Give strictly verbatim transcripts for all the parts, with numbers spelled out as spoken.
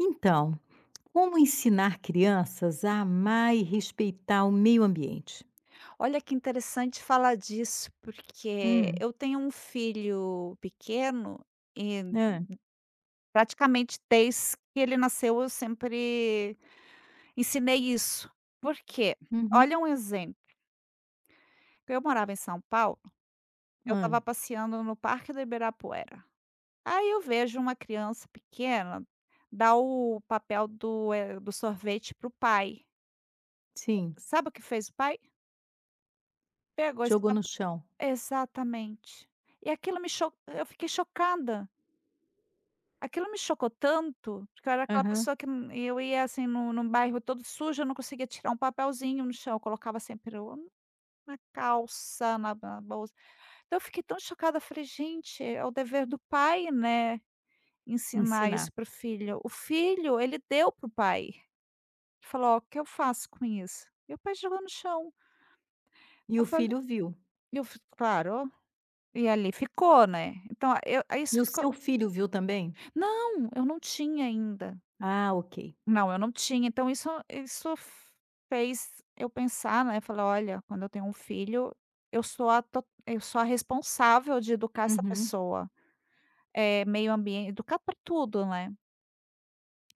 Então, como ensinar crianças a amar e respeitar o meio ambiente? Olha que interessante falar disso, porque Hum. eu tenho um filho pequeno e Hã. praticamente desde que ele nasceu eu sempre ensinei isso. Por quê? Uhum. Olha um exemplo, eu morava em São Paulo, eu Hã. estava passeando no Parque do Ibirapuera. Aí eu vejo uma criança pequena dar o papel do, eh, do sorvete para o pai. Sim. Sabe o que fez o pai? Pegou esse Jogou no papel. chão. Exatamente. E aquilo me chocou. eu fiquei chocada. Aquilo me chocou tanto, porque eu era aquela Aham. pessoa que n eu ia, assim, no num bairro todo sujo, eu não conseguia tirar um papelzinho no chão, eu colocava sempre ou na calça, na na bolsa. Então eu fiquei tão chocada, eu falei: "Gente, é o dever do pai, né, ensinar Ensinar. isso para o filho". O filho, ele deu pro o pai. Ele Falou: "Ó, o que eu faço com isso?". E o pai jogou no chão. E Eu o falei, filho viu. eu f claro, e ali ficou, né. Então eu, aí, E isso o ficou. seu filho viu também? Não, eu não tinha ainda. Ah, ok. Não, eu não tinha. Então isso isso fez eu pensar, né, falar: "Olha, quando eu tenho um filho, eu sou a to eu sou a responsável de educar essa Uhum. pessoa". Eh, meio ambiente, educar para tudo, né.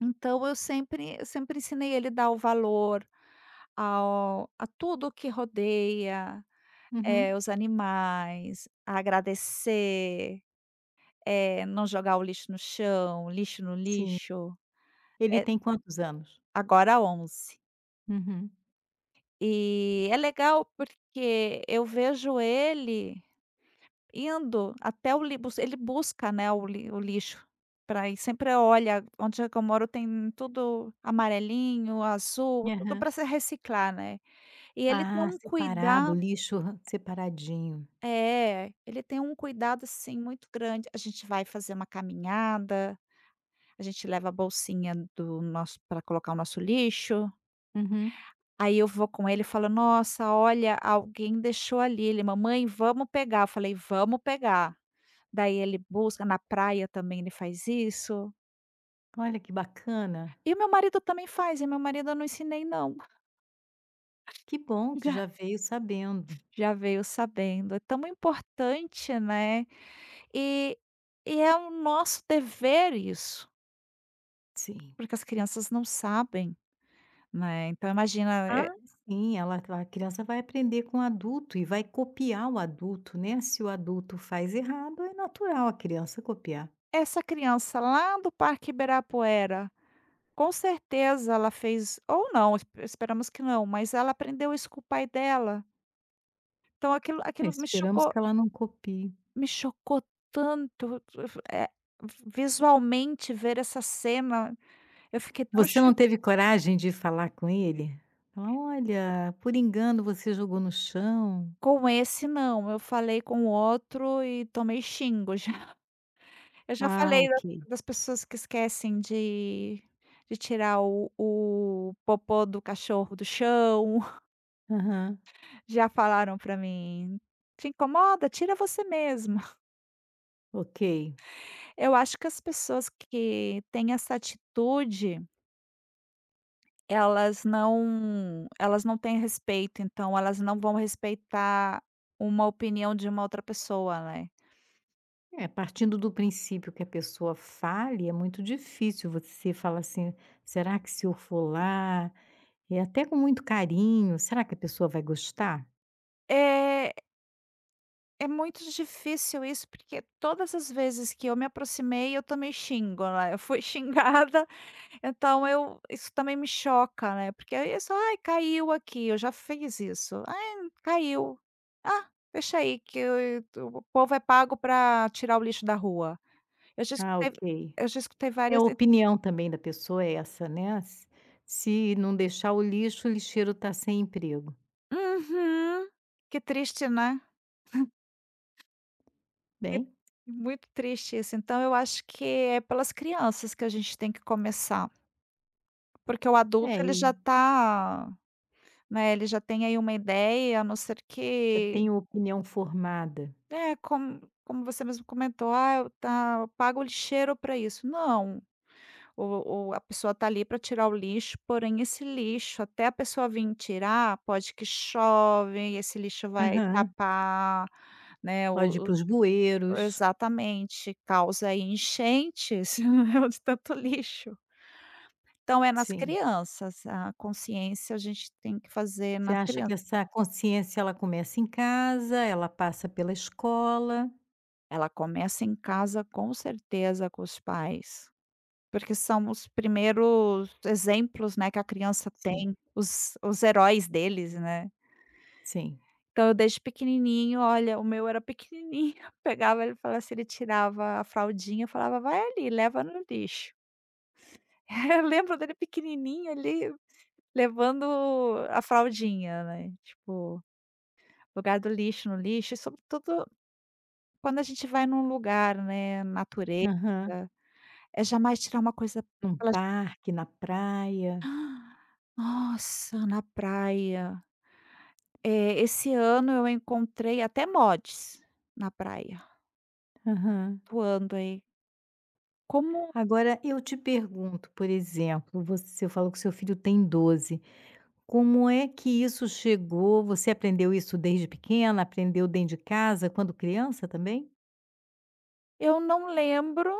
Então eu sempre eu sempre ensinei ele a dar o valor ao a tudo que rodeia, Uhum. é os animais, a agradecer, é não jogar o lixo no chão, lixo no Sim. lixo. Ele Eh, tem quantos anos? Agora onze. Uhum. E é legal porque eu vejo ele indo até o li ele busca, né, o li o lixo para ir sempre, olha, onde é que eu moro tem tudo amarelinho, azul, tudo Aham. para se reciclar, né. E ele tem Ah, um separado, cuidado lixo separadinho. é, ele tem um cuidado, assim, muito grande. A gente vai fazer uma caminhada, a gente leva a bolsinha do nosso para colocar o nosso lixo. Uhum. Aí eu vou com ele e falo: "Nossa, olha, alguém deixou ali". Ele: "Mamãe, vamos pegar". Eu falei: "Vamos pegar". Daí ele busca, na praia também ele faz isso. Olha que bacana. E o meu marido também faz, e meu marido eu não ensinei não, Que bom que já já veio sabendo. já veio sabendo. É tão importante, né. E e é o nosso dever isso, Sim. porque as crianças não sabem, né. Então imagina, e Ah, sim, ela a criança vai aprender com o adulto e vai copiar o adulto, né. Se o adulto faz errado, é natural a criança copiar. essa criança lá do Parque Ibirapuera, com certeza ela fez ou não, esp esperamos que não, mas ela aprendeu isso com o pai dela. Então aquilo É, aquilo me esperamos chocou que ela não copie. me chocou tanto, eh, visualmente ver essa cena, eu fiquei tão Você não cho teve coragem de falar com ele? Falar: "Olha, por engano você jogou no chão". com esse não, eu falei com o outro e tomei xingo já. Eu já Ah, falei da ok. das pessoas que esquecem de de tirar o o popô do cachorro do chão, Aham, já falaram para mim: "Te incomoda? Tira você mesma". ok. Eu acho que as pessoas que têm essa atitude, elas não elas não têm respeito, então elas não vão respeitar uma opinião de uma outra pessoa, né. É, partindo do princípio que a pessoa fale, é muito difícil você falar assim: "Será que se eu for lá", e até com muito carinho, será que a pessoa vai gostar? É é muito difícil isso, porque todas as vezes que eu me aproximei, eu também xingo, né, eu fui xingada. Então eu isso também me choca, né, porque aí é só: "Ai, caiu aqui", eu já fiz isso. "Ai, caiu". "Ah, deixa aí que o o povo é pago para tirar o lixo da rua". Eu já Ah, escutei ok. eu já escutei É a várias. e opinião também da pessoa é essa, né, s se não deixar o lixo, o lixeiro está sem emprego. Uhum. Que triste, né. Que Bem, muito triste isso. Então eu acho que é pelas crianças que a gente tem que começar, porque o é adulto ele já aí, tá, né, ele já tem aí uma ideia, a não ser já que... tem opinião formada. É, como como você mesmo comentou: "Ah, eu tá, eu pago o lixeiro para isso". Não, o o a pessoa tá ali para tirar o lixo, porém esse lixo, até a pessoa vir tirar, pode que chove, e esse lixo vai Aham. tapar, né, Pode ir para o o os bueiros. exatamente, causa aí enchentes, né, de tanto lixo. Então é nas Sim. crianças, a consciência a gente tem que fazer Você nas acha que crianças. essa consciência ela começa em casa, ela passa pela escola. Ela começa em casa, com certeza, com os pais. Porque são os primeiros exemplos, né, que a criança Sim, tem, os os heróis deles, né. sim. Então eu, desde pequenininho, olha, o meu era pequenininho, pegava, ele falava assim, ele tirava a fraldinha, eu falava: "Vai ali, leva no lixo". Eu lembro dele pequenininho ali, levando a fraldinha, né, tipo, lugar do lixo no lixo, e sobretudo quando a gente vai num lugar, né, natureza, Aham. é jamais tirar uma coisa Num pela parque, na praia. nossa, na praia. Eh, esse ano eu encontrei até mods na praia, Aham. atuando aí. Como, Agora eu te pergunto, por exemplo, você falou que seu filho tem doze. Como é que isso chegou? Você aprendeu isso desde pequena? Aprendeu dentro de casa, quando criança também? eu não lembro,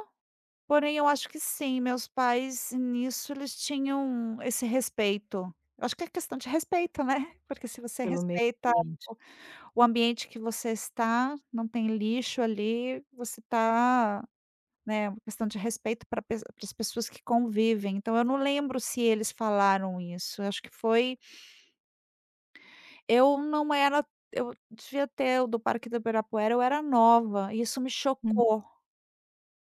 porém eu acho que sim, meus pais nisso eles tinham esse respeito. Eu acho que é questão de respeito, né, porque se você Pelo meio respeita o ambiente? o ambiente que você está, não tem lixo ali, você está, né, uma questão de respeito para para as pessoas que convivem, então eu não lembro se eles falaram isso, eu acho que foi. Eu não era eu devia ter o do Parque do Ibirapuera, eu era nova, e isso me Hum. chocou,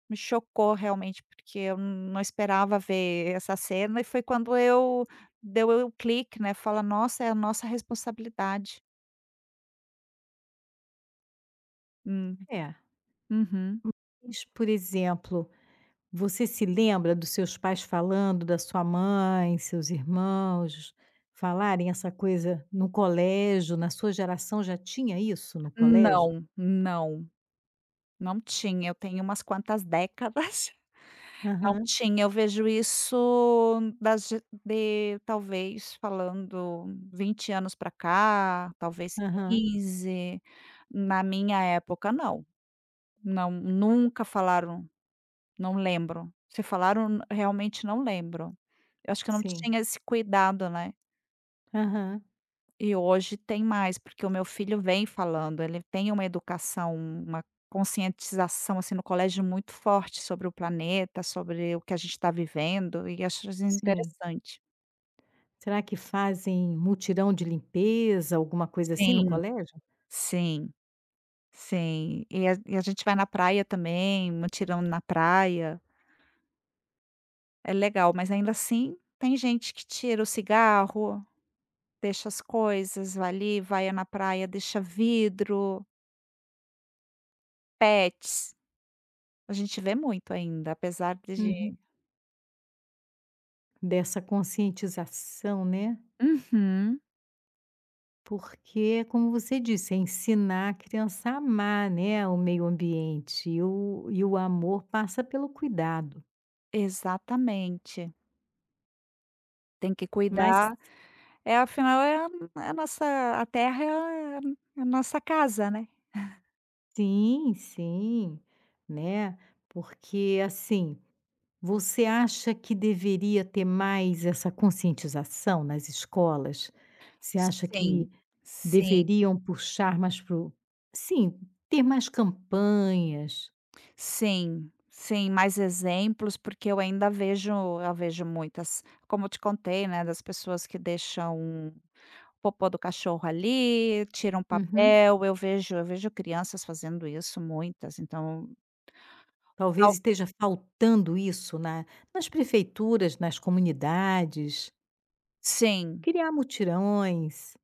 me chocou realmente, porque eu não esperava ver essa cena e foi quando eu deu o clique, né, fala: "Nossa, é a nossa responsabilidade". Hum, É. uhum. Mas, por exemplo, você se lembra dos seus pais falando, da sua mãe, seus irmãos, falarem essa coisa no colégio? Na sua geração já tinha isso no colégio? Não, não, não tinha, eu tenho umas quantas décadas. Não Aham, tinha, eu vejo isso das ge de talvez falando vinte anos para cá, talvez aham, quinze. Na minha época não, não, nunca falaram, não lembro. Se falaram, n- realmente não lembro. Eu acho que eu não sim. tinha esse cuidado, né. Aham, E hoje tem mais, porque o meu filho vem falando, ele tem uma educação, uma conscientização, assim, no colégio muito forte sobre o planeta, sobre o que a gente está vivendo, e acho isso sim. interessante. Será que fazem mutirão de limpeza, alguma coisa assim no Sim, colégio? sim, sim. E a e a gente vai na praia também, mutirão na praia, é legal, mas ainda assim tem gente que tira o cigarro, deixa as coisas, vai ali, vai na praia, deixa vidro, pets. A gente vê muito ainda, apesar de. Uhum. Dessa conscientização, né, Uhum, porque, como você disse, é ensinar a criança a amar, né, o meio ambiente e o e o amor passa pelo cuidado. exatamente. Tem que Mas cuidar, é afinal é a é a nossa, a terra é a é a nossa casa, né. sim, sim, né, porque, assim, você acha que deveria ter mais essa conscientização nas escolas? Você acha Sim, que sim, deveriam puxar mais para o sim, ter mais campanhas? sim, sim, mais exemplos, porque eu ainda vejo eu vejo muitas, como eu te contei, né, das pessoas que deixam o popô do cachorro ali, tiram Uhum. papel, eu vejo eu vejo crianças fazendo isso, muitas, então tal Talvez esteja faltando isso na nas prefeituras, nas comunidades, sim, criar mutirões,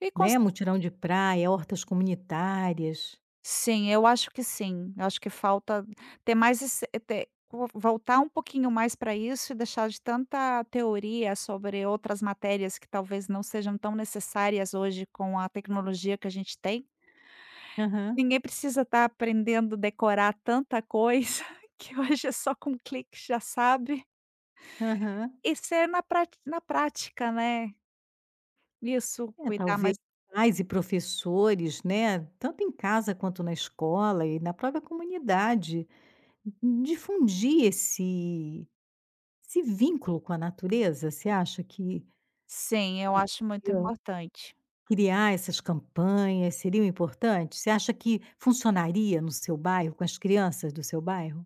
e com né, mutirão de praia, hortas comunitárias. Sim, eu acho que sim. Eu acho que falta ter mais esse, ter vo voltar um pouquinho mais para isso e deixar de tanta teoria sobre outras matérias que talvez não sejam tão necessárias hoje com a tecnologia que a gente tem. Aham, Ninguém precisa estar aprendendo decorar tanta coisa que hoje é só com clique já sabe. aham. E ser na prati na prática, né. Isso, É, cuidar talvez mais, pais e professores, né, tanto em casa quanto na escola e na própria comunidade, difundir esse esse vínculo com a natureza, você acha que sim, eu acho muito importante. criar essas campanhas seriam importantes? Você acha que funcionaria no seu bairro, com as crianças do seu bairro?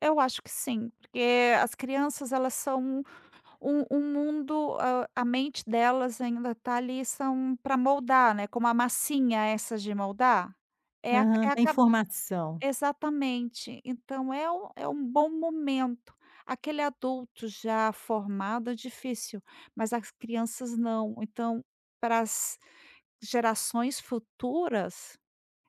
Eu acho que sim, porque as crianças, elas são Um um mundo, a a mente delas ainda tá ali, são para moldar, né, como a massinha, essas de moldar. É a Aham, é a da ca informação. Exatamente. Então é um é um bom momento. Aquele adulto já formado é difícil, mas as crianças não. Então, para as gerações futuras,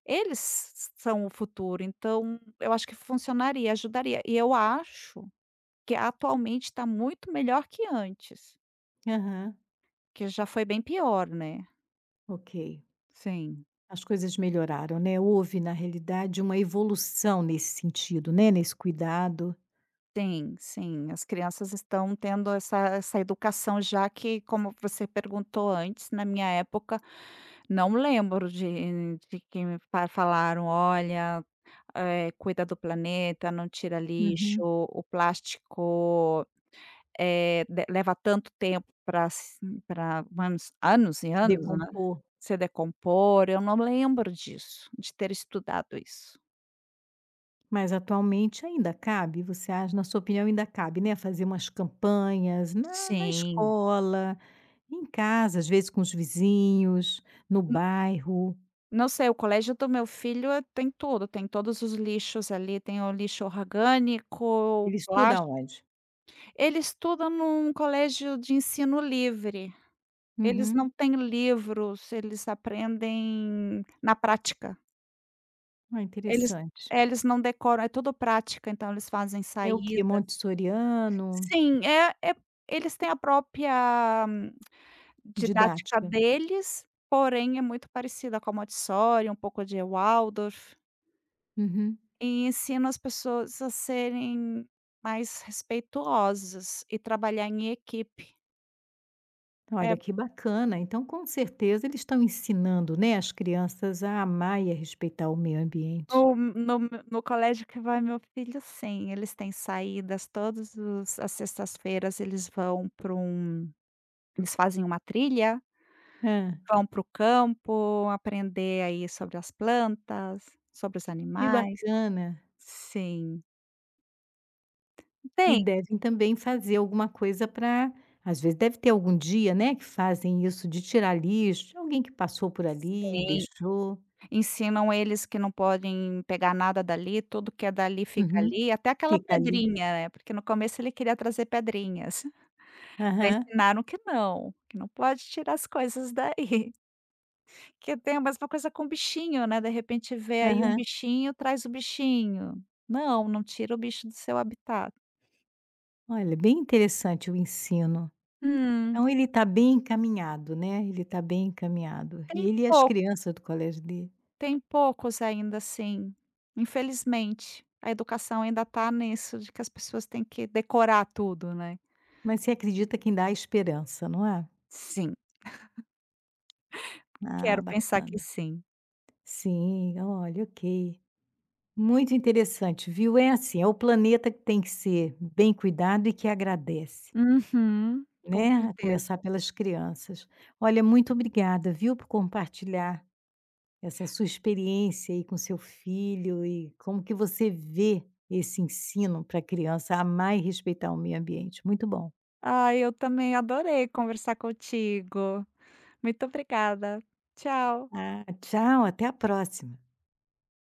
eles são o futuro, então eu acho que funcionaria, ajudaria. E eu acho que atualmente está muito melhor que antes. Aham, Que já foi bem pior, né. ok. Sim. As coisas melhoraram, né? Houve, na realidade, uma evolução nesse sentido, né? Nesse cuidado. Sim, sim, as crianças estão tendo essa essa educação, já que, como você perguntou antes, na minha época, não lembro de de que me pa falaram: "Olha, eh, cuida do planeta, não tira lixo, Uhum. o plástico, eh, de leva tanto tempo para, para anos anos e Se anos, né, decompor. se decompor". Eu não lembro disso, de ter estudado isso. Mas atualmente ainda cabe, você acha, na sua opinião, ainda cabe, né? Fazer umas campanhas na, na Sim. escola, em casa, às vezes com os vizinhos, no bairro. Não sei, o colégio do meu filho, eh, tem tudo, tem todos os lixos ali, tem o lixo orgânico, o Ele estuda plástico. onde? Ele estuda num colégio de ensino livre, eles Uhum. não têm livros, eles aprendem na prática. Ah, Eles interessante. é, eles não decoram, é tudo prática, então eles fazem É o quê? saídas. Montessoriano? Sim, é é eles têm a própria, hum, didática Didática? deles, porém é muito parecida com a Montessori, um pouco de Waldorf. Uhum. E ensino as pessoas a serem mais respeitosas e trabalhar em equipe. Olha, É, que bacana. Então, com certeza, eles estão ensinando, né, as crianças a amar e a respeitar o meio ambiente. no no no colégio que vai meu filho, sim, eles têm saídas, todos os as sextas-feiras, eles vão para um eles fazem uma trilha, Ah, vão para o campo aprender aí sobre as plantas, sobre os que animais. bacana. Sim. E Tem. devem também fazer alguma coisa para às vezes deve ter algum dia, né, que fazem isso de tirar lixo, de alguém que passou por ali e Sim. deixou. Ensinam eles que não podem pegar nada dali, tudo que é dali fica Uhum. ali, até aquela Fica ali. pedrinha, né, porque no começo ele queria trazer pedrinhas. Daí Aham, ensinaram que não, que não pode tirar as coisas daí, que tem a mesma coisa com bichinho, né, de repente vê aí um aham. bichinho, traz o bichinho. Não, não tira o bicho do seu habitat. Olha, bem interessante o ensino. Hum, Então ele está bem encaminhado, né, ele está bem encaminhado. tem Ele e as pouco, crianças do colégio dele. tem poucos, ainda assim, infelizmente. A educação ainda tá nisso de que as pessoas têm que decorar tudo, né. Mas você acredita que dá a esperança, não é? Sim. Ah, Quero pensar que bacana. sim. Sim, olha, ok. Muito interessante, viu. É assim, é o planeta que tem que ser bem cuidado e que agradece, Uhum, com né, a começar certeza. pelas crianças. Olha, muito obrigada, viu, por compartilhar. Essa sua experiência aí com seu filho e como que você vê esse ensino para a criança amar e respeitar o meio ambiente. Muito bom. Ah, eu também adorei conversar contigo. Muito obrigada. Tchau. Ah, tchau, até a próxima.